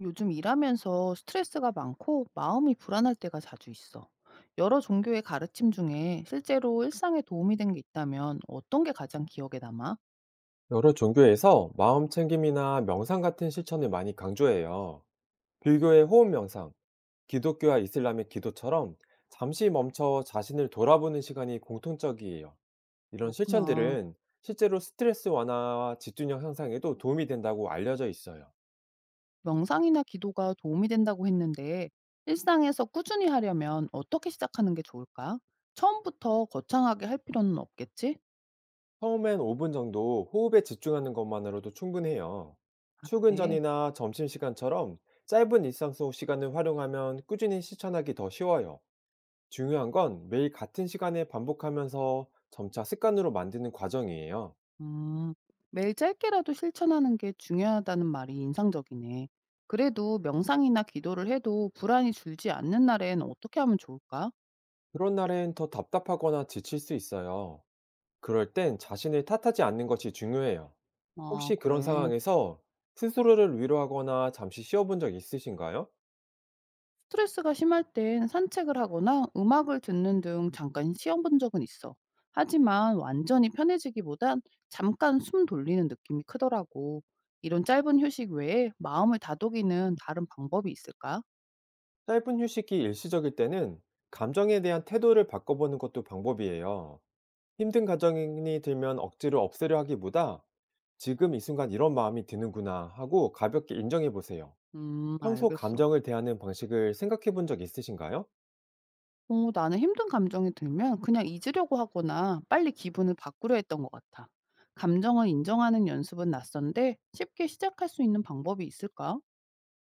요즘 일하면서 스트레스가 많고 마음이 불안할 때가 자주 있어. 여러 종교의 가르침 중에 실제로 일상에 도움이 된 게 있다면 어떤 게 가장 기억에 남아? 여러 종교에서 마음 챙김이나 명상 같은 실천을 많이 강조해요. 불교의 호흡 명상, 기독교와 이슬람의 기도처럼 잠시 멈춰 자신을 돌아보는 시간이 공통적이에요. 이런 그렇구나. 실천들은 실제로 스트레스 완화와 집중력 향상에도 도움이 된다고 알려져 있어요. 명상이나 기도가 도움이 된다고 했는데 일상에서 꾸준히 하려면 어떻게 시작하는 게 좋을까? 처음부터 거창하게 할 필요는 없겠지? 처음엔 5분 정도 호흡에 집중하는 것만으로도 충분해요. 아, 출근 그래. 전이나 점심시간처럼 짧은 일상 속 시간을 활용하면 꾸준히 실천하기 더 쉬워요. 중요한 건 매일 같은 시간에 반복하면서 점차 습관으로 만드는 과정이에요. 음, 매일 짧게라도 실천하는 게 중요하다는 말이 인상적이네. 그래도 명상이나 기도를 해도 불안이 줄지 않는 날엔 어떻게 하면 좋을까? 그런 날엔 더 답답하거나 지칠 수 있어요. 그럴 땐 자신을 탓하지 않는 것이 중요해요. 아, 혹시 그런 그래. 상황에서 스스로를 위로하거나 잠시 쉬어본 적 있으신가요? 스트레스가 심할 땐 산책을 하거나 음악을 듣는 등 잠깐 쉬어본 적은 있어. 하지만 완전히 편해지기보단 잠깐 숨 돌리는 느낌이 크더라고. 이런 짧은 휴식 외에 마음을 다독이는 다른 방법이 있을까? 짧은 휴식이 일시적일 때는 감정에 대한 태도를 바꿔보는 것도 방법이에요. 힘든 감정이 들면 억지로 없애려 하기보다 지금 이 순간 이런 마음이 드는구나 하고 가볍게 인정해 보세요. 평소 알겠어. 감정을 대하는 방식을 생각해 본 적 있으신가요? 어 나는 힘든 감정이 들면 그냥 잊으려고 하거나 빨리 기분을 바꾸려 했던 것 같아. 감정을 인정하는 연습은 낯선데 쉽게 시작할 수 있는 방법이 있을까?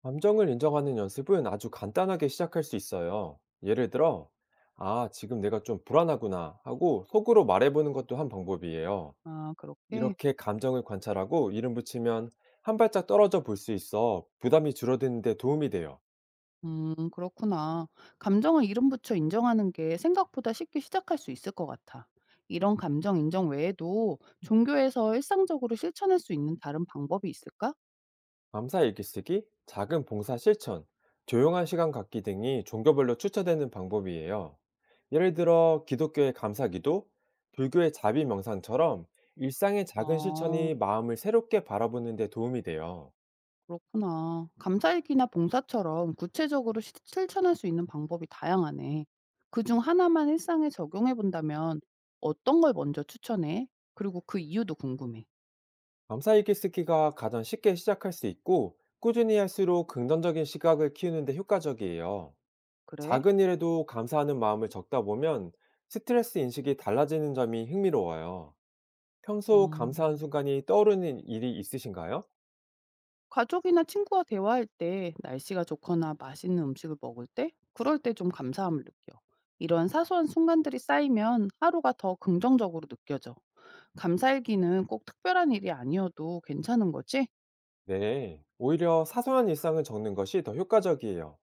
감정을 인정하는 연습은 아주 간단하게 시작할 수 있어요. 예를 들어, 아, 지금 내가 좀 불안하구나 하고 속으로 말해보는 것도 한 방법이에요. 아, 그렇게? 이렇게 감정을 관찰하고 이름 붙이면 한 발짝 떨어져 볼 수 있어 부담이 줄어드는데 도움이 돼요. 그렇구나. 감정을 이름 붙여 인정하는 게 생각보다 쉽게 시작할 수 있을 것 같아. 이런 감정 인정 외에도 종교에서 일상적으로 실천할 수 있는 다른 방법이 있을까? 감사 일기쓰기, 작은 봉사 실천, 조용한 시간 갖기 등이 종교별로 추천되는 방법이에요. 예를 들어 기독교의 감사기도, 불교의 자비 명상처럼 일상의 작은 어. 실천이 마음을 새롭게 바라보는 데 도움이 돼요. 그렇구나. 감사일기나 봉사처럼 구체적으로 실천할 수 있는 방법이 다양하네. 그 중 하나만 일상에 적용해 본다면 어떤 걸 먼저 추천해? 그리고 그 이유도 궁금해. 감사 일기쓰기가 가장 쉽게 시작할 수 있고 꾸준히 할수록 긍정적인 시각을 키우는 데 효과적이에요. 그래? 작은 일에도 감사하는 마음을 적다 보면 스트레스 인식이 달라지는 점이 흥미로워요. 평소 감사한 음. 순간이 떠오르는 일이 있으신가요? 가족이나 친구와 대화할 때, 날씨가 좋거나 맛있는 음식을 먹을 때, 그럴 때 좀 감사함을 느껴. 이런 사소한 순간들이 쌓이면 하루가 더 긍정적으로 느껴져. 감사일기는 꼭 특별한 일이 아니어도 괜찮은 거지? 네. 오히려 사소한 일상을 적는 것이 더 효과적이에요.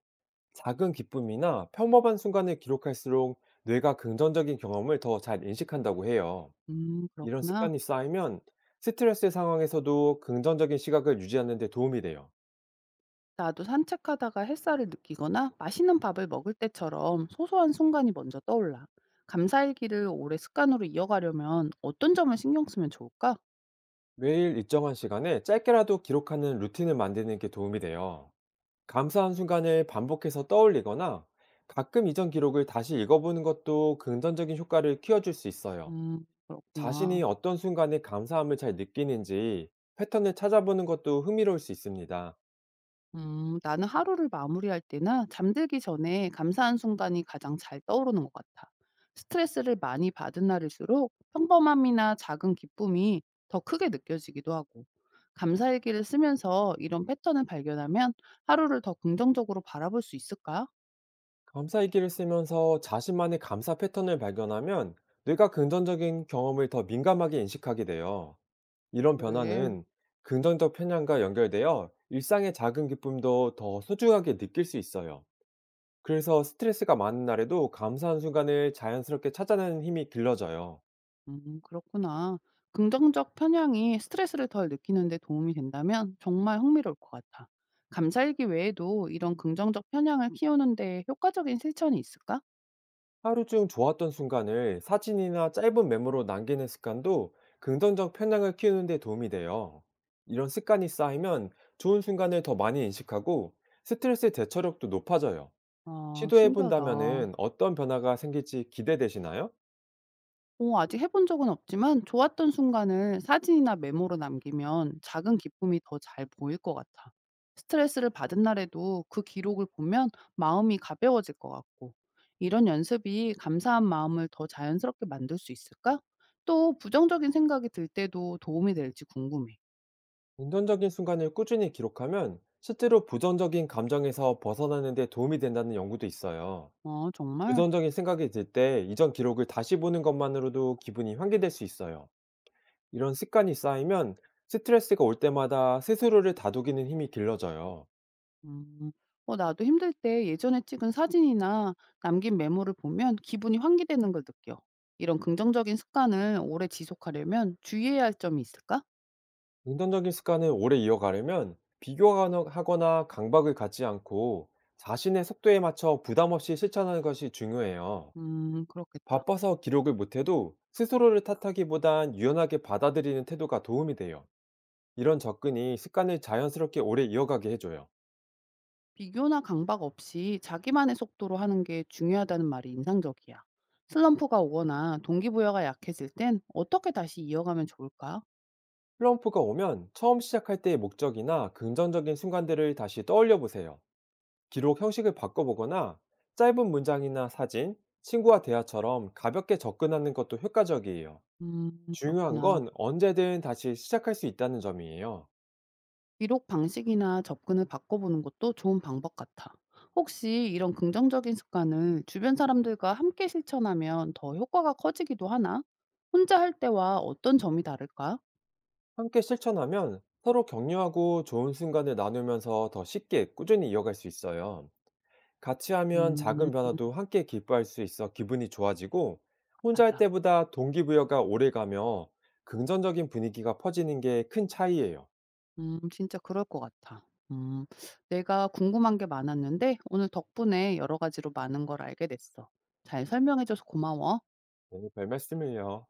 작은 기쁨이나 평범한 순간을 기록할수록 뇌가 긍정적인 경험을 더 잘 인식한다고 해요. 이런 그렇구나. 습관이 쌓이면 스트레스 상황에서도 긍정적인 시각을 유지하는 데 도움이 돼요. 나도 산책하다가 햇살을 느끼거나 맛있는 밥을 먹을 때처럼 소소한 순간이 먼저 떠올라. 감사일기를 오래 습관으로 이어가려면 어떤 점을 신경 쓰면 좋을까? 매일 일정한 시간에 짧게라도 기록하는 루틴을 만드는 게 도움이 돼요. 감사한 순간을 반복해서 떠올리거나 가끔 이전 기록을 다시 읽어보는 것도 긍정적인 효과를 키워줄 수 있어요. 그렇구나. 자신이 어떤 순간에 감사함을 잘 느끼는지 패턴을 찾아보는 것도 흥미로울 수 있습니다. 나는 하루를 마무리할 때나 잠들기 전에 감사한 순간이 가장 잘 떠오르는 것 같아. 스트레스를 많이 받은 날일수록 평범함이나 작은 기쁨이 더 크게 느껴지기도 하고. 감사일기를 쓰면서 이런 패턴을 발견하면 하루를 더 긍정적으로 바라볼 수 있을까? 감사일기를 쓰면서 자신만의 감사 패턴을 발견하면 뇌가 긍정적인 경험을 더 민감하게 인식하게 돼요. 이런 그래. 변화는 긍정적 편향과 연결되어 일상의 작은 기쁨도 더 소중하게 느낄 수 있어요. 그래서 스트레스가 많은 날에도 감사한 순간을 자연스럽게 찾아내는 힘이 길러져요. 그렇구나. 긍정적 편향이 스트레스를 덜 느끼는 데 도움이 된다면 정말 흥미로울 것 같아. 감사일기 외에도 이런 긍정적 편향을 키우는 데 효과적인 실천이 있을까? 하루 중 좋았던 순간을 사진이나 짧은 메모로 남기는 습관도 긍정적 편향을 키우는 데 도움이 돼요. 이런 습관이 쌓이면 좋은 순간을 더 많이 인식하고 스트레스 대처력도 높아져요. 아, 시도해 신기하다. 본다면은 어떤 변화가 생길지 기대되시나요? 어 아직 해본 적은 없지만 좋았던 순간을 사진이나 메모로 남기면 작은 기쁨이 더 잘 보일 것 같아. 스트레스를 받은 날에도 그 기록을 보면 마음이 가벼워질 것 같고, 이런 연습이 감사한 마음을 더 자연스럽게 만들 수 있을까? 또 부정적인 생각이 들 때도 도움이 될지 궁금해. 긍정적인 순간을 꾸준히 기록하면 실제로 부정적인 감정에서 벗어나는 데 도움이 된다는 연구도 있어요. 어, 정말? 부정적인 생각이 들 때 이전 기록을 다시 보는 것만으로도 기분이 환기될 수 있어요. 이런 습관이 쌓이면 스트레스가 올 때마다 스스로를 다독이는 힘이 길러져요. 음. 어 나도 힘들 때 예전에 찍은 사진이나 남긴 메모를 보면 기분이 환기되는 걸 느껴. 이런 긍정적인 습관을 오래 지속하려면 주의해야 할 점이 있을까? 긍정적인 습관을 오래 이어가려면 비교하거나 강박을 갖지 않고 자신의 속도에 맞춰 부담 없이 실천하는 것이 중요해요. 그렇겠다. 바빠서 기록을 못해도 스스로를 탓하기보단 유연하게 받아들이는 태도가 도움이 돼요. 이런 접근이 습관을 자연스럽게 오래 이어가게 해줘요. 비교나 강박 없이 자기만의 속도로 하는 게 중요하다는 말이 인상적이야. 슬럼프가 오거나 동기부여가 약해질 땐 어떻게 다시 이어가면 좋을까? 슬럼프가 오면 처음 시작할 때의 목적이나 긍정적인 순간들을 다시 떠올려 보세요. 기록 형식을 바꿔보거나 짧은 문장이나 사진, 친구와 대화처럼 가볍게 접근하는 것도 효과적이에요. 중요한 그렇구나. 건 언제든 다시 시작할 수 있다는 점이에요. 기록 방식이나 접근을 바꿔보는 것도 좋은 방법 같아. 혹시 이런 긍정적인 습관을 주변 사람들과 함께 실천하면 더 효과가 커지기도 하나? 혼자 할 때와 어떤 점이 다를까? 함께 실천하면 서로 격려하고 좋은 순간을 나누면서 더 쉽게 꾸준히 이어갈 수 있어요. 같이 하면 음, 작은 변화도 함께 기뻐할 수 있어 기분이 좋아지고 혼자 할 맞아. 때보다 동기부여가 오래 가며 긍정적인 분위기가 퍼지는 게 큰 차이예요. 진짜 그럴 것 같아. 내가 궁금한 게 많았는데 오늘 덕분에 여러 가지로 많은 걸 알게 됐어. 잘 설명해줘서 고마워. 오늘 별 말씀을요.